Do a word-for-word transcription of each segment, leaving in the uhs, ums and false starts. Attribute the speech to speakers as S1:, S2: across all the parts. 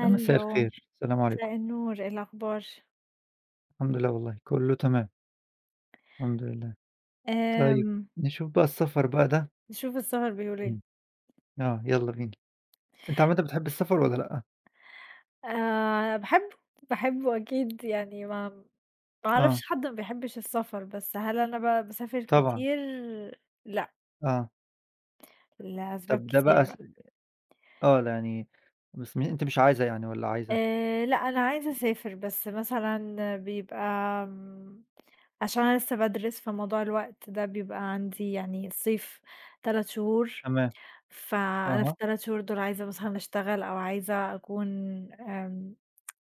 S1: يا مساء الخير، السلام عليكم.
S2: مساء النور، إيه الأخبار؟
S1: الحمد لله والله كله تمام، الحمد لله. طيب،
S2: آمم،
S1: نشوف بقى السفر بقى ده.
S2: شوف السهر بيقول إيه،
S1: إمم، آه، يالّا بينا. أنت عامةً بتحب السفر والّا لأ؟
S2: آآ باحبه، باحبه أكيد يعني ما ما
S1: آه،
S2: أعرفش حد ما بيحبش السفر، بس هل أنا بقى باسافر
S1: طبعًا،
S2: كتير؟ لأ،
S1: آه.
S2: لأسباب
S1: طب ده
S2: كتير
S1: بقى س،
S2: بقى،
S1: آه، لا يعني، بس م أنتِ مش عايزة يعني والّا عايزة؟
S2: آآ لأ، أنا عايزة أسافر، بس مثلًا بيبقى آمم، عشان أنا لسه بادرس، فموضوع الوقت ده بيبقى عندي يعني الصيف تلات شهور.
S1: تمام،
S2: فأنا في
S1: أها،
S2: ال3 شهور دول عايزة مثلًا أشتغل أو عايزة أكون، آمم،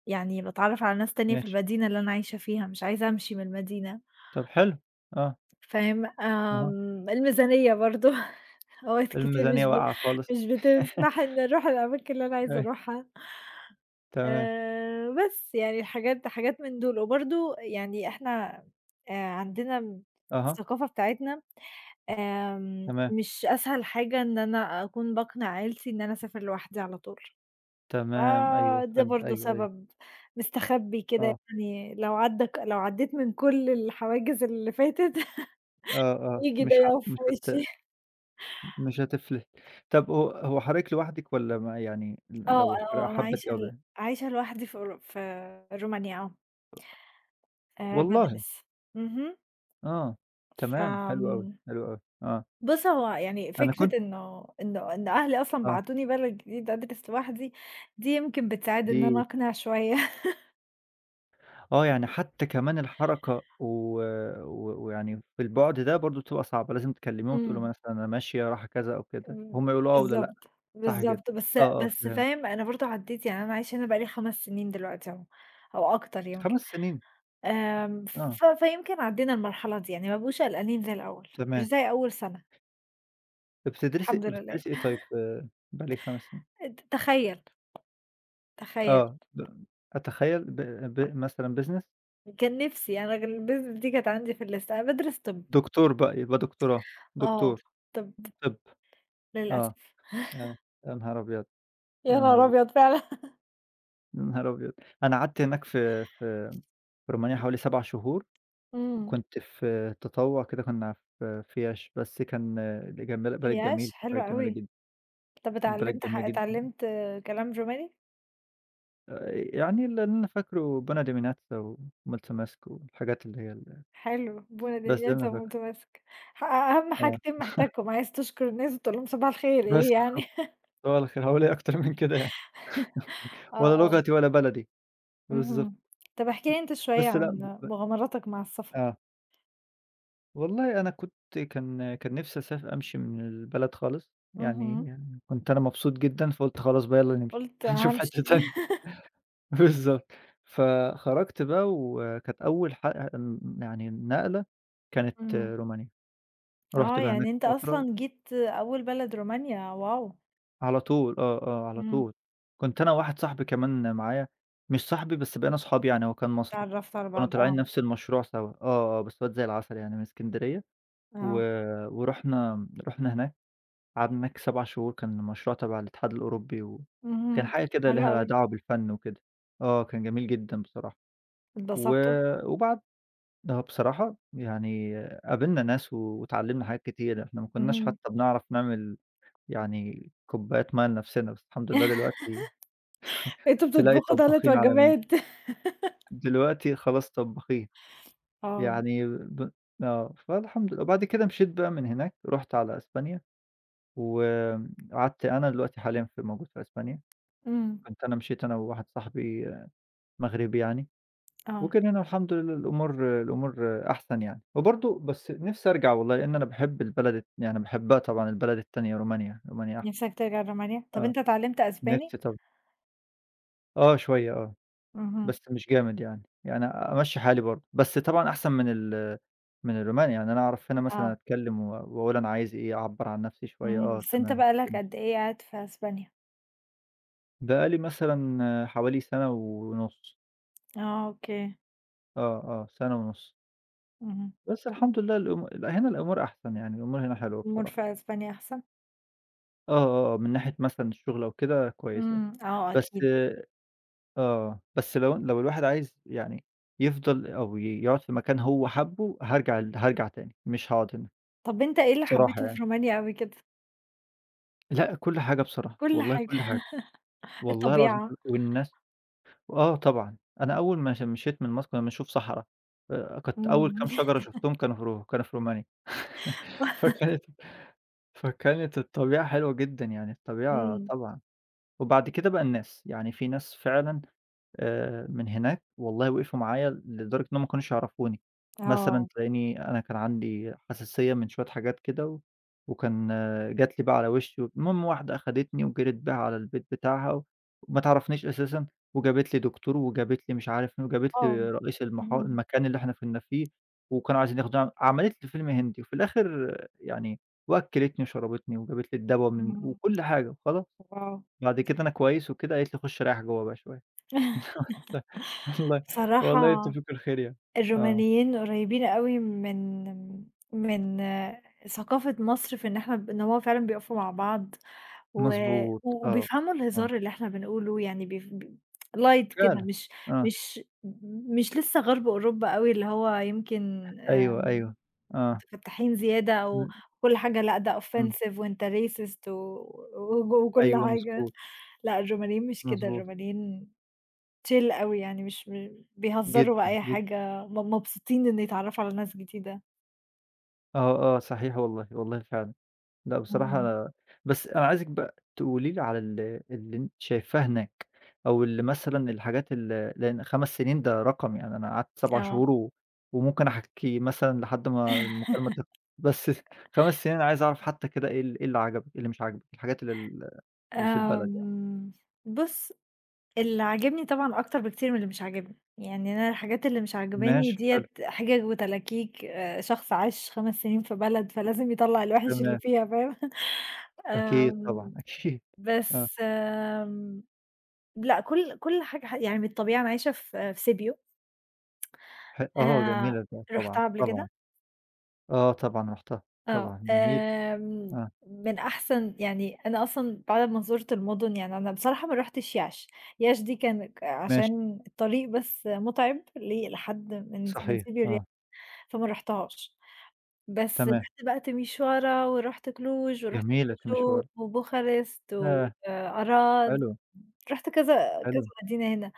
S2: يعني باتعرّف على ناس تانية في
S1: ماشي.
S2: المدينة اللي أنا عايشة فيها، مش عايزة أمشي من المدينة،
S1: طب حلو، آه،
S2: فاهم؟
S1: أها،
S2: آمم، الميزانية برضه أوقات كتير
S1: الميزانية
S2: مش ب
S1: واقعة خالص.
S2: مش بتسمح إني أروح الأماكن اللي أنا عايزة
S1: أيوه،
S2: أروحها،
S1: تمام،
S2: آآ، بس يعني حاجات حاجات من دول، وبرضه يعني إحنا آآ، عندنا
S1: أها،
S2: الثقافة بتاعتنا. آمم،
S1: تمام،
S2: مش أسهل حاجة إن أنا أكون باقنِع عيلتي إن أنا أسافر لوحدي على طول،
S1: تمام، أيوه
S2: فده
S1: فهمت،
S2: برضه
S1: أيوه، أيوه،
S2: سبب مستخبّي كده،
S1: آه،
S2: يعني لو عدّى ك لو عدّيت من كل الحواجز اللي فاتت
S1: آه، آه،
S2: ييجي ده
S1: مش ه
S2: يُقف في
S1: مش هت
S2: وشّي.
S1: مش هتفلِح. طَب هو هو حضرتِك لوحدِك والّا ما يعني ل
S2: آه،
S1: لو حر
S2: آه، أنا
S1: حبّة
S2: عايشة ل
S1: جواب.
S2: عايشة لوحدي في رو في رومانيا، آه، آآ
S1: والله!
S2: بادرس. اهم.
S1: آه، تمام، حلو أوي،
S2: فآمم،
S1: حلو أوي، آه.
S2: بُص، هو يعني
S1: أنا
S2: فكرة
S1: كنت،
S2: إنه إنه إن أهلي أصلًا
S1: آه،
S2: بعتوني بلد جديد أدرس لوحدي، دي يمكن بتساعد
S1: دي،
S2: إن أنا أقنِع شوية.
S1: آه، يعني حتّى كمان الحركة و و ويعني في البُعد ده برضه بتبقى صعبة، لازم تكلّميهم وتقولي لهم
S2: إمم.
S1: مثلًا أنا ماشية رايحة كذا أو كده،
S2: إمم،
S1: هُم يقولوا آه والّا لأ.
S2: بالضبط،
S1: صح كده؟
S2: بالضبط، بس
S1: آه، آه،
S2: بس
S1: فهمت.
S2: فاهم، أنا برضه عدّيت، يعني أنا عايشة هنا بقى لي خمس سنين دلوقتي أهو، أو أكتر
S1: 5
S2: يمكن.
S1: سنين،
S2: آمم،
S1: آه،
S2: ف فيمكن عدّينا المرحلة دي، يعني ما بقوش قلقانين زي الأول، مش
S1: تمام.
S2: زي أول سنة،
S1: بتدرسي
S2: الحمد لله.
S1: بتدرسي إيه طيب في بقى لِك 5 سنين؟
S2: ت تخيّل، تخيّل
S1: آه، ب أتخيّل ب
S2: آه،
S1: ب مثلًا business؟
S2: كان نِفْسي، أنا كان الbusiness دي كانت عندي في الlist. أنا بادرس طِب،
S1: دكتور بقى، يبقى دكتوراه،
S2: آه،
S1: دكتور
S2: طِب،
S1: طِب، آه.
S2: للأسف.
S1: يا يا نهار أبيض!
S2: يا
S1: يا نهار
S2: نهار
S1: أبيض!
S2: أبيض فعلًا!
S1: يا نهار أبيض! أنا قعدت هناك في في في رومانيا حوالي 7 شهور،
S2: إمم.
S1: وكنت في تطوع كده، كنا في فياش، بس كان جميلة، بلد
S2: ياش
S1: جميل،
S2: حلو
S1: بلد جميلة
S2: أوي.
S1: جدًا،
S2: طَب
S1: بلد
S2: اتعلّمت ح
S1: جميلة جدًا.
S2: اتعلّمت كلام روماني؟
S1: آآ، يعني اللي أنا فاكره بونا ديميناتزا ومالتا ماسك والحاجات اللي هي ال،
S2: حلو، بُنى
S1: بس ده اللي
S2: دنيتها
S1: أنا فاكره.
S2: متماسكة. ح أهم
S1: آه،
S2: حاجتين محتاجهم، عايز تشكر الناس وتقول لهم صباح الخير،
S1: بس
S2: إيه يعني.
S1: خلاص، صباح الخير، هاقول إيه أكتر من كده يعني،
S2: آه،
S1: ولا
S2: آه.
S1: لغتي ولا بلدي، بالضبط.
S2: اهم. طب احكِ لي أنت شوية
S1: بس لأ،
S2: عن مغامراتك مع السفر.
S1: آه. والله أنا كنت كان كان نِفْسي أساف أمشي من البلد خالص،
S2: اهم.
S1: يعني كنت أنا مبسوط جدًا، فقُلت خلاص بقى يالّا نمشي،
S2: قُلت
S1: هنشوف حتّة
S2: هامشي.
S1: تانية. بالضبط. فخرجت بقى وكانت أول ح ن يعني نقلة كانت
S2: إمم.
S1: رومانيا، رُحت
S2: آه،
S1: بقى هناك
S2: يعني أنت
S1: فترة
S2: أصلًا جيت أول بلد رومانيا، واو!
S1: على طول، آه، آه، على
S2: إمم.
S1: طول. كنت أنا وواحد صاحبي كمان معايا، مش صاحبي بس بقينا صحاب، يعني هو كان مصري،
S2: اتعرّفت على
S1: كنا
S2: بعض
S1: طالعين
S2: آه،
S1: نَفْس المشروع سوا، آه، آه، بس واد زي العسل يعني من إسكندرية. و
S2: آه.
S1: ورُحنا رُحنا هناك، قعدنا هناك 7 شهور، كان مشروع تبع الاتحاد الأوروبي،
S2: اهم.
S1: وكان حاجة كده
S2: حلو
S1: ليها
S2: أوي.
S1: دعوة بالفن وكده. آه، كان جميل جدًا بصراحة. و
S2: اتبسطتوا؟
S1: وبعدها بصراحة يعني قابلنا ناس واتعلمنا حاجات كتيرة، إحنا ما كناش
S2: اهم.
S1: حتى بنعرف نعمل يعني كوبايات مَيّة لنفسنا، بس الحمد لله دلوقتي
S2: أنتم
S1: تلاقي
S2: بتطبخوا تلات
S1: طباخين عالميين،
S2: وجبات.
S1: دلوقتي خلاص طباخين،
S2: آه.
S1: يعني ب، آه، فالحمد لله. وبعد كده مشيت بقى من هناك، رُحت على إسبانيا، وقعدت أنا دلوقتي حاليًا في موجود في إسبانيا.
S2: إمم.
S1: كنت أنا مشيت أنا وواحد صاحبي مغربي يعني،
S2: آه.
S1: وكلّنا الحمد لله الأمور الأمور أحسن يعني، وبرضه بس نِفْسي أرجع والله لإن أنا باحب البلد، يعني باحبها طبعًا، البلد التانية رومانيا، رومانيا أحلى.
S2: نِفْسك ترجع لرومانيا؟ طب
S1: آه،
S2: أنت اتعلمت أسباني؟
S1: نِفْسي طبعًا، آه شوية، آه، بس
S2: اهم.
S1: مش جامد يعني، يعني أمشّي حالي برضه، بس طبعًا أحسن من ال من رومانيا، يعني أنا أعرف هنا مثلًا
S2: آه،
S1: أتكلّم و وأقول أنا عايز إيه، أعبّر عن نَفْسي شوية،
S2: اهم.
S1: آه
S2: بس أنت
S1: تمام،
S2: بقى لك
S1: تمشي.
S2: قد إيه قاعد في أسبانيا؟
S1: بقى لي مثلًا حوالي سَنة ونُص،
S2: آه، أوكي.
S1: آه، آه، سَنة ونُص.
S2: اهم.
S1: بس الحمد لله الأم لأ هنا الأمور أحسن يعني، الأمور هنا حلوة
S2: الأمور
S1: بصراحة.
S2: في أسبانيا أحسن؟
S1: آه، آه، آه، من ناحية مثلًا الشغل أو كده كويسة،
S2: إمم، آه
S1: بس،
S2: أكيد.
S1: آه، بس لو لو الواحد عايز يعني يفضل أو ي يقعد في مكان هو حابه، هارجع ل هارجع تاني، مش هاقعد هنا
S2: طَب أنت إيه اللي
S1: بصراحة
S2: حبيته في
S1: يعني.
S2: رومانيا أوي كده؟
S1: لأ كل حاجة بصراحة،
S2: كل
S1: والله
S2: حاجة.
S1: كل حاجة، والله العظيم
S2: الطبيعة،
S1: كل والناس. آه طبعًا، أنا أول ما ش مشيت من مصر كنا بنشوف صحرا، آآ كانت أول
S2: إمم.
S1: كام شجرة شُفتهم كانوا في رو كانوا في رومانيا. فكانت فكانت الطبيعة حلوة جدًا يعني، الطبيعة
S2: إمم،
S1: طبعًا. وبعد كده بقى الناس، يعني في ناس فعلًا آآ من هناك والله وقفوا معايا لدرجة إنهم ما كانوش يعرفوني، مثلًا
S2: آه،
S1: تلاقيني أنا كان عندي حساسية من شوية حاجات كده و وكان، آه، جات لي بقى على وشي و المهم واحدة أخدتني وجرِت بيها على البيت بتاعها وما تعرفنيش أساسًا وجابت لي دكتور وجابت لي مش عارف مين وجابت
S2: آه،
S1: لي رئيس المحا
S2: اهم،
S1: المكان اللي إحنا كنا فيه وكانوا عايزين ياخدونا، عملت لي فيلم هندي وفي الآخر، آه، يعني وأكّلتني وشربتني وجابت لي الدوا من
S2: إمم،
S1: وكل حاجة وخلا
S2: واو!
S1: بعد كده أنا كويس وكده، قالت لي: "خُش ريّح جوّه بقى شوية." والله، والله
S2: بصراحة
S1: يتّفِق الخير يعني. آه،
S2: الرومانيين قريبين أوي من من آه، ثقافة مصر، في إن إحنا ب إن هو فعلًا بيقفوا مع بعض و
S1: مضبوط،
S2: و-
S1: آه،
S2: وبيفهموا
S1: آه،
S2: الهزار اللي إحنا بنقوله، يعني بيف ب light كده،
S1: فعلًا،
S2: مش
S1: آه،
S2: مش مش لسه غرب أوروبا أوي، اللي هو يمكن آآ
S1: أيوه، أيوه، آه،
S2: متفتحين زيادة، أو
S1: إمم،
S2: كل حاجة لأ، ده
S1: إمم،
S2: offensive وأنت racist و وج وكل
S1: أيوه
S2: حاجة.
S1: مضبوط،
S2: لأ الرومانيين مش كده،
S1: مضبوط،
S2: الرومانيين chill أوي، يعني مش م بيهزروا
S1: جدًا،
S2: بأي
S1: جدًا،
S2: حاجة، م مبسوطين إن يتعرّفوا على ناس جديدة.
S1: آه، آه، صحيح والله، والله فعلًا. لأ بصراحة
S2: اهم،
S1: أنا، بس أنا عايزِك بقى تقولي لي على ال اللي أنتِ شايفاه هناك، أو اللي مثلًا الحاجات ال لأن 5 سنين ده رقم، يعني أنا قعدت 7
S2: آه.
S1: شهور و وممكن أحكي مثلًا لحد ما المكالمة تخ، بس 5 سنين أنا عايز أعرف حتى كده إيه ال إيه اللي عجبِك، إيه اللي مش عاجبِك، الحاجات اللي ال اللي في البلد يعني.
S2: آمم، بُص، اللي عاجبني طبعًا أكتر بكتير من اللي مش عاجبني. يعني أنا الحاجات اللي مش عاجباني
S1: ماشي حلو،
S2: ديّة حِجج وتلاكيك، آآ، شخص عاش خمس سنين في بلد فلازم يطلّع الوِحِش اللي
S1: تمام،
S2: فيها، فاهم؟
S1: أكيد طبعًا
S2: آمم،
S1: أكيد، آه،
S2: بس آمم، لأ كل كل حاجة، ح يعني بالطبيعة أنا عايشة في في سيبيو.
S1: ح آه
S2: آآ،
S1: جميلة ده طبعًا،
S2: رُحتها قبل
S1: طبعًا،
S2: كده.
S1: آه طبعًا رُحتها،
S2: آه،
S1: طبعًا جميل،
S2: آمم،
S1: آه
S2: من أحسن، يعني أنا أصلًا بعد منظورة المُدن، يعني أنا بصراحة ما رُحتش يعش. يعش دي كان ك
S1: ماشي،
S2: عشان الطريق بس مُتعب ل لحد، من من
S1: صحيح،
S2: سيبيو ل
S1: آه
S2: فما رُحتهاش، بس
S1: تمام.
S2: رُحت بقى تimisoara ورُحت كلوج ورُحت
S1: جميلة
S2: براشوب
S1: مشوار،
S2: وبوخارست
S1: ياه!
S2: وأراض،
S1: حلو،
S2: رُحت كذا كذا
S1: حلو،
S2: مدينة هنا،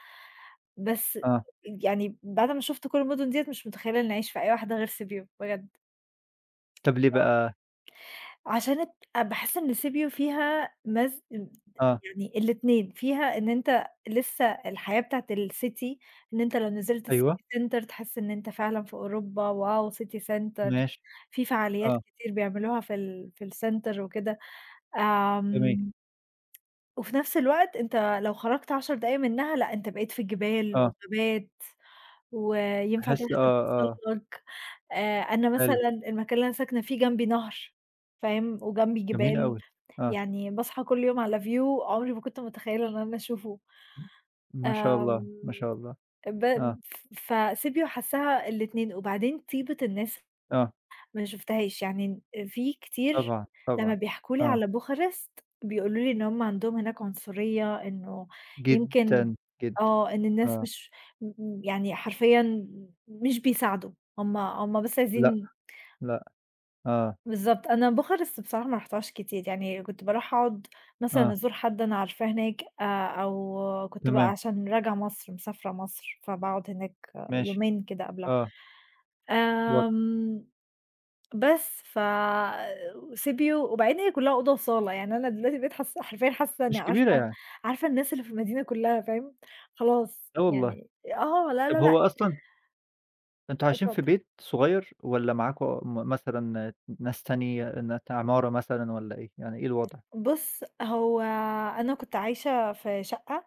S2: بس
S1: آه،
S2: يعني بعد ما شُفت كل المُدن ديّة مش متخيلة إنّي أعيش في أي واحدة غير سيبيو بجد.
S1: طب ليه بقى؟
S2: عشان ات باحس إن Sibio فيها مز امم
S1: آه،
S2: يعني الاتنين، فيها إن أنت لسه الحياة بتاعة الcity، إن أنت لو نزلت
S1: أيوه،
S2: الcity center تحس إن أنت فعلًا في أوروبا، واو city center،
S1: ماشي،
S2: في فعاليات
S1: آه،
S2: كتير بيعملوها في ال في الcenter وكده.
S1: جميل،
S2: آمم وفي نفس الوقت أنت لو خرجت عشر دقايق منها لأ، أنت بقيت في الجبال
S1: آه،
S2: وغابات، وينفع
S1: تحس
S2: تروح
S1: آه، آه،
S2: تتسلق. آآ، أنا
S1: حلو،
S2: مثلًا المكان اللي أنا ساكنة فيه جنبي نهر، فاهم، وجنبي
S1: جميل
S2: جبال،
S1: أوي، آه،
S2: يعني باصحى كل يوم على view عمري ما كنت متخيلة إن أنا أشوفه.
S1: ما شاء الله،
S2: آمم،
S1: ما شاء الله،
S2: ب
S1: آه،
S2: ف فSibiu حاساها الاتنين، وبعدين طيبة الناس
S1: آه،
S2: ما شُفتهاش، يعني في كتير
S1: طبعًا،
S2: لمّا
S1: طبعًا،
S2: بيحكوا لي
S1: آه،
S2: على بوخارست، بيقولوا لي إن هُم عندهم هناك عنصرية، إنه يمكن،
S1: جدًا، جدًا،
S2: آه، إن الناس
S1: آه،
S2: مش م م يعني حرفيًا مش بيساعدوا، هُم هُم بس
S1: لأ،
S2: عايزين.
S1: لأ، آه،
S2: بالضبط، أنا بوخارست بصراحة ما رُحتهاش كتير، يعني كنت باروح أقعد مثلًا
S1: آه،
S2: أزور حد أنا عارفاه هناك، آآ، أو كنت بقى
S1: تمام،
S2: عشان راجعة مصر، مسافرة مصر، فباقعد هناك آه،
S1: ماشي،
S2: يومين كده قبلها.
S1: آه، واضح،
S2: آمم، بس ف وسيبيو، وبعدين هي كلها أوضة وصالة، يعني أنا دلوقتي بقيت حاسة حرفيًا، حاسة إني
S1: مش كبيرة
S2: عارفة
S1: يعني،
S2: عارفة الناس اللي في المدينة كلها، فاهم؟ خلاص
S1: لا والله.
S2: يعني. آه، لا،
S1: طب
S2: لا،
S1: هو
S2: لأ،
S1: أصلًا أنتم عايشين
S2: اتفضل.
S1: في بيت صغير والّا معاكم م مثلًا ناس تانية ناس عمارة مثلًا والّا إيه؟ يعني إيه الوضع؟
S2: بُص، هو أنا كنت عايشة في شقة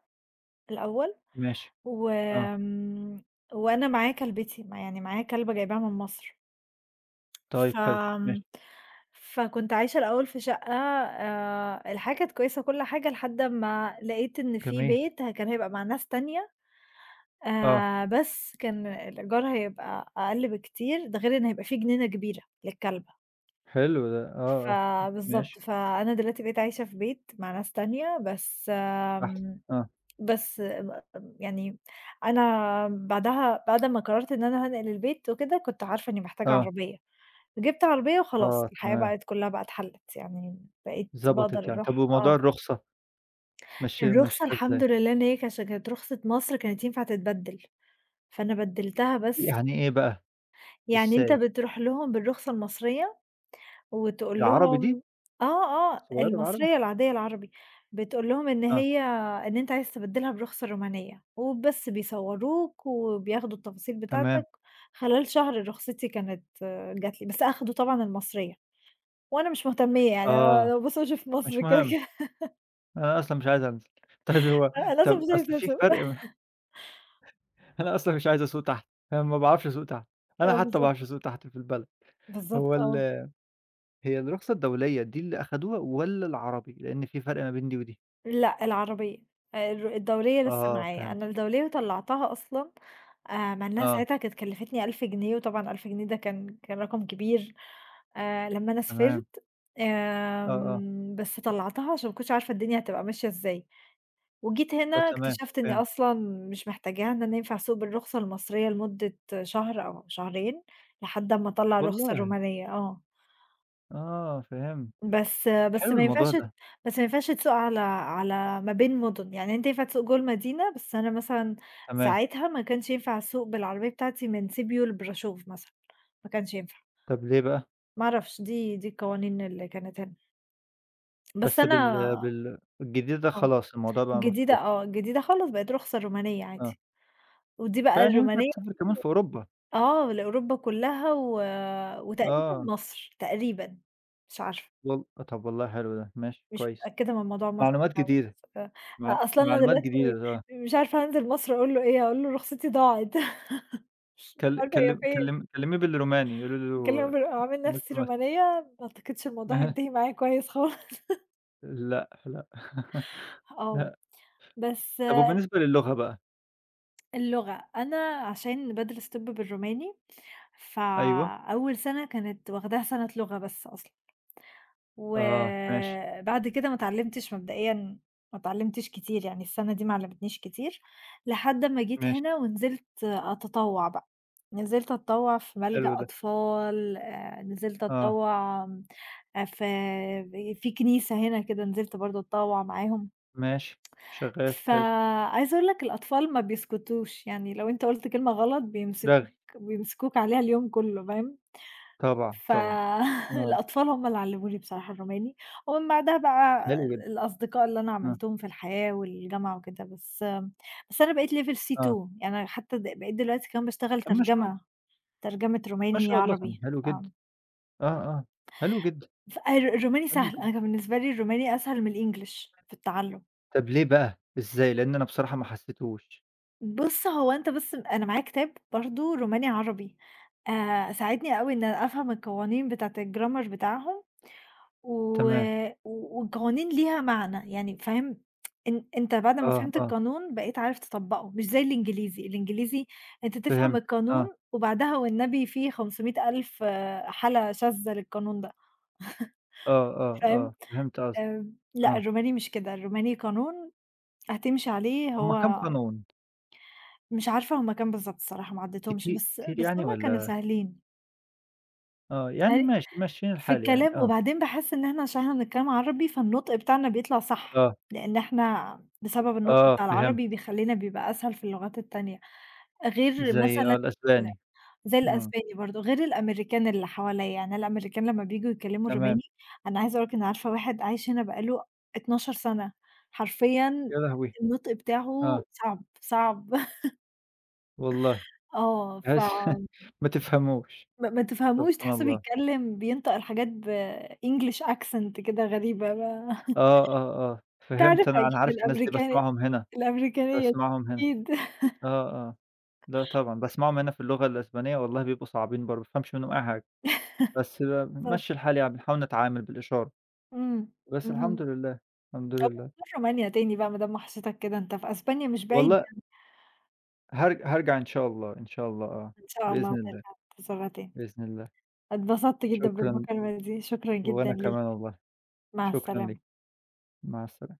S2: الأول.
S1: ماشي، آه،
S2: وآمم، وأنا معايا كلبتي، ما يعني معايا كلبة جايباها من مصر.
S1: طيب
S2: ف
S1: حلو، ماشي،
S2: آمم، فكنت عايشة الأول في شقة. آآ، الحياة كانت كويسة وكل حاجة لحد أمّا لقيت إن في
S1: جميل،
S2: بيت، ه كان هيبقى مع ناس تانية،
S1: آه،
S2: آآ، بس كان الإيجار هيبقى أقل بكتير، ده غير إن هيبقى في جنينة كبيرة للكلبة،
S1: حلو ده، آه، آه، ماشي،
S2: فبالضبط، فأنا دلوقتي بقيت عايشة في بيت مع ناس تانية، بس
S1: أحسن،
S2: آمم
S1: آه،
S2: بس م يعني أنا بعدها، بعد ما قررت إن أنا هانقل البيت وكده، كنت عارفة إنّي محتاجة
S1: آه،
S2: عربية، جِبت عربية وخلاص
S1: آه،
S2: الحياة
S1: تمام،
S2: بقت كلّها بقى اتحلّت، يعني بقيت
S1: ضبطت
S2: باقدر
S1: يعني. طب
S2: أروح،
S1: وموضوع
S2: آه.
S1: الرخصة مشي
S2: الرخصة،
S1: مشيتها إزاي؟
S2: الحمد لله إن هي كش كانت رخصة مصر كانت ينفع تتبدِّل، فأنا بدِّلتها. بس
S1: يعني إيه بقى؟
S2: يعني أنت
S1: إزاي؟
S2: بتروح لهم بالرخصة المصرية وتقول
S1: العربي دي؟
S2: لهم، آه، آه،
S1: الصغيرة العربي؟
S2: المصرية العادية العربي، بتقول لهم إن
S1: آه،
S2: هي إن أنت عايز تبدّلها برخصة رومانية، وبس بيصوّروك وبياخدوا التفاصيل
S1: تمام،
S2: بتاعتك، خلال شهر رخصتي كانت، آه، جات لي، بس أخدوا طبعًا المصرية، وأنا مش مهتمية، يعني
S1: آه،
S2: أنا بابص وشي في مصر
S1: مش
S2: كده،
S1: مهم،
S2: كده
S1: أنا أصلًا مش عايز أنزل. طيب هو
S2: أنا أصلًا
S1: طب
S2: مش
S1: أصل
S2: عايزة
S1: في
S2: أسوق.
S1: فرق، أنا أصلًا مش عايز أسوق تحت، أنا ما باعرفش أسوق تحت، أنا
S2: آه
S1: حتى ما
S2: بالضبط،
S1: باعرفش أسوق تحت في البلد. هو
S2: بالضبط
S1: ال
S2: آه.
S1: هي الرخصة الدولية دي اللي أخدوها والّا العربي؟ لإن في فرق ما بين دي ودي.
S2: لأ، العربية، الر الدولية لسه
S1: آه
S2: معايا،
S1: فهمت،
S2: أنا الدولية طلّعتها أصلًا، آآ، مع إنها
S1: آه
S2: ساعتها كانت كلّفتني ألف جنيه، وطبعًا ألف جنيه ده كان كان رقم كبير. آآ، لمّا أنا
S1: تمام،
S2: سافرت،
S1: آه، آه،
S2: آمم، بس طلّعتها عشان ما كنتش عارفة الدنيا هتبقى ماشية إزاي، وجيت هنا
S1: آه تمام،
S2: اكتشفت إني
S1: فهمت.
S2: أصلًا مش محتاجاها، إن أنا ينفع أسوق بالرخصة المصرية لمدة شهر أو شهرين، لحد أمّا أطلّع الرخصة
S1: والله!
S2: الرومانية، آه.
S1: آه فهمت،
S2: بس بس
S1: حلو
S2: ما
S1: الموضوع
S2: ينفعش
S1: ده،
S2: بس ما ينفعش تسوق على على ما بين مُدن، يعني أنت ينفع تسوق جوه المدينة، بس أنا مثلًا
S1: تمام.
S2: ساعتها ما كانش ينفع أسوق بالعربية بتاعتي من سيبيو لبراشوف مثلًا، ما كانش ينفع.
S1: طب ليه بقى؟
S2: ما أعرفش، دي دي القوانين اللي كانت هنا، بس
S1: بس
S2: أنا،
S1: بال بال الجديد ده
S2: آه،
S1: خلاص الموضوع بقى
S2: الجديدة،
S1: مفتوح،
S2: آه، الجديدة خالص بقت رخصة رومانية
S1: آه.
S2: عادي، ودي بقى
S1: فيعني ينفع
S2: الرومانية
S1: تسافر كمان
S2: دي،
S1: في أوروبا،
S2: آه، لأوروبا كلّها و وتقريبًا
S1: آه.
S2: مصر، تقريبًا، مش عارفة.
S1: وال طب والله حلو ده، ماشي
S2: مش
S1: كويس.
S2: متأكدة من موضوع مصر
S1: معلومات
S2: دوّة.
S1: جديدة،
S2: ف أ
S1: مع
S2: أصل أنا
S1: معلومات جديدة،
S2: دلوقتي
S1: آه.
S2: مش عارفة هانزل مصر أقول له إيه، هاقول له رخصتي ضاعت مش
S1: كل
S2: عارفة هي
S1: كلم
S2: فين،
S1: كلم كلميه بالروماني، قولي له.
S2: هاكلمه بال عامل نفسي رومانية، ما أعتقدش الموضوع
S1: أها،
S2: هينتهي معايا كويس خالص
S1: لأ، لأ،
S2: آه،
S1: لأ.
S2: بس
S1: طب وبالنسبة للغة بقى؟
S2: اللغة أنا عشان بادرس طِب بالروماني،
S1: أيوه،
S2: فأول سنة كانت واخداها سنة لغة بس أصلًا.
S1: آه، ماشي،
S2: وبعد كده ما اتعلّمتش مبدئيًا، ما اتعلّمتش كتير، يعني السَنة دي ما علّمتنيش كتير، لحد أمّا جيت
S1: ماشي،
S2: هنا ونزلت أتطوّع بقى، نزلت أتطوّع في
S1: حلو
S2: ملجأ
S1: ده،
S2: أطفال، آآ نزلت
S1: آه،
S2: أتطوّع آآ في في كنيسة هنا كده نزلت برضه أتطوّع معاهم.
S1: ماشي، شغال، حلو،
S2: فعايزة أقول لك الأطفال ما بيسكتوش، يعني لو أنت قُلت كلمة غلط بيمسكوك
S1: رغي،
S2: بيمسكوك عليها اليوم كُلّه، فاهم؟
S1: طبعًا،
S2: ف
S1: طبعًا، آه،
S2: الأطفال هم اللي علّموني بصراحة الروماني، ومن بعدها بقى
S1: حلو جدًا،
S2: الأصدقاء اللي أنا
S1: آه،
S2: عملتهم في الحياة والجامعة وكده. بس بس أنا بقيت level
S1: آه،
S2: سي تو، يعني حتى د بقيت دلوقتي كمان باشتغل
S1: طب ما شاء،
S2: ترجمة، ترجمة
S1: ما
S2: روماني
S1: شاء الله، طب
S2: عربي.
S1: حلو جدًا،
S2: آمم،
S1: آه، آه، حلو جدًا،
S2: ف الر الروماني
S1: حلو
S2: سهل،
S1: جدًا.
S2: أنا كان بالنسبة لي الروماني أسهل من الEnglish في التعلُّم.
S1: طب ليه بقى؟ إزاي؟ لإن أنا بصراحة ما حسيتهوش،
S2: بُص، هو أنت بس أنا معايا كتاب برضه روماني عربي، آآ ساعدني أوي إن أنا أفهم القوانين بتاعة الgrammar بتاعهم و
S1: تمام،
S2: و والقوانين ليها معنى، يعني فاهم، إن أنت بعد ما
S1: آه،
S2: فهمت
S1: آه،
S2: القانون بقيت عارف تطبّقه، مش زي الإنجليزي، الإنجليزي أنت تفهم
S1: فهمت،
S2: القانون
S1: آه،
S2: وبعدها والنبي في خمسمائة ألف حالة شاذة للقانون ده،
S1: آه، آه، آه،
S2: فاهم.
S1: فهمت قصدك،
S2: آمم، لأ
S1: آه،
S2: الروماني مش كده، الروماني قانون هتمشي عليه،
S1: هُم كام
S2: هو
S1: قانون؟
S2: مش عارفة هُم كام بالضبط، الصراحة ما عدّيتهمش،
S1: كتي
S2: بس
S1: كتير
S2: بس
S1: يعني
S2: هُم كانوا
S1: والّا،
S2: سهلين،
S1: آه، يعني
S2: سهل
S1: ماشي ماشيين
S2: في
S1: الحال يعني
S2: الكلام.
S1: آه،
S2: وبعدين باحس إن إحنا عشان إحنا بنتكلم عربي، فالنطق بتاعنا بيطلع صح،
S1: آه،
S2: لإن إحنا بسبب النطق
S1: آه
S2: بتاع
S1: فهمت،
S2: العربي بيخلّينا بيبقى أسهل في اللغات التانية، غير
S1: زي آه
S2: مثلًا ال
S1: الأسباني،
S2: زي
S1: إمم،
S2: الأسباني برضه، غير الأمريكان اللي حواليّا، يعني الأمريكان لمّا بييجوا يتكلموا
S1: تمام،
S2: الروماني، أنا عايزة أقول لك إن عارفة واحد عايش هنا بقى له اتناشر سنة، حرفيًا
S1: يا لهوي!
S2: النطق
S1: آه،
S2: بتاعه صعب، صعب
S1: والله
S2: آه، ف
S1: تحس. ما تفهموش،
S2: ما ما تفهموش،
S1: سبحان
S2: تحسّه
S1: الله،
S2: بيتكلم بينطق الحاجات بEnglish accent كده غريبة بقى.
S1: آه، آه، آه،
S2: أنت عارفها
S1: فهمت، أنا أنا
S2: أكيد
S1: عارف الناس دي
S2: الأمريكاني
S1: باسمعهم هنا،
S2: الأمريكانية
S1: باسمعهم هنا،
S2: أكيد
S1: آه، آه، لأ طبعًا باسمعهم هنا في اللغة الأسبانية، والله بيبقوا صعبين برضه، ما بافهمش منهم أي حاجة، بس ب
S2: بالضبط،
S1: بنمشّي الحال يعني بنحاول نتعامل بالإشارة،
S2: إمم،
S1: بس الحمد
S2: اهم.
S1: لله، الحمد
S2: طب
S1: لله،
S2: هنروح رومانيا تاني بقى ما دام وحشتك كده، أنت في أسبانيا مش بعيد
S1: والله
S2: يعني.
S1: هار هارجع إن شاء الله، إن شاء الله آه،
S2: إن شاء
S1: بإذن
S2: الله
S1: الله،
S2: ترجع تزورها تاني.
S1: بإذن الله.
S2: اتبسطت جدًا
S1: شكرًا،
S2: بالمكالمة دي، شكرًا جدًا
S1: وأنا
S2: ليك،
S1: كمان والله،
S2: مع
S1: شكرًا ليك،
S2: السلامة.
S1: مع السلا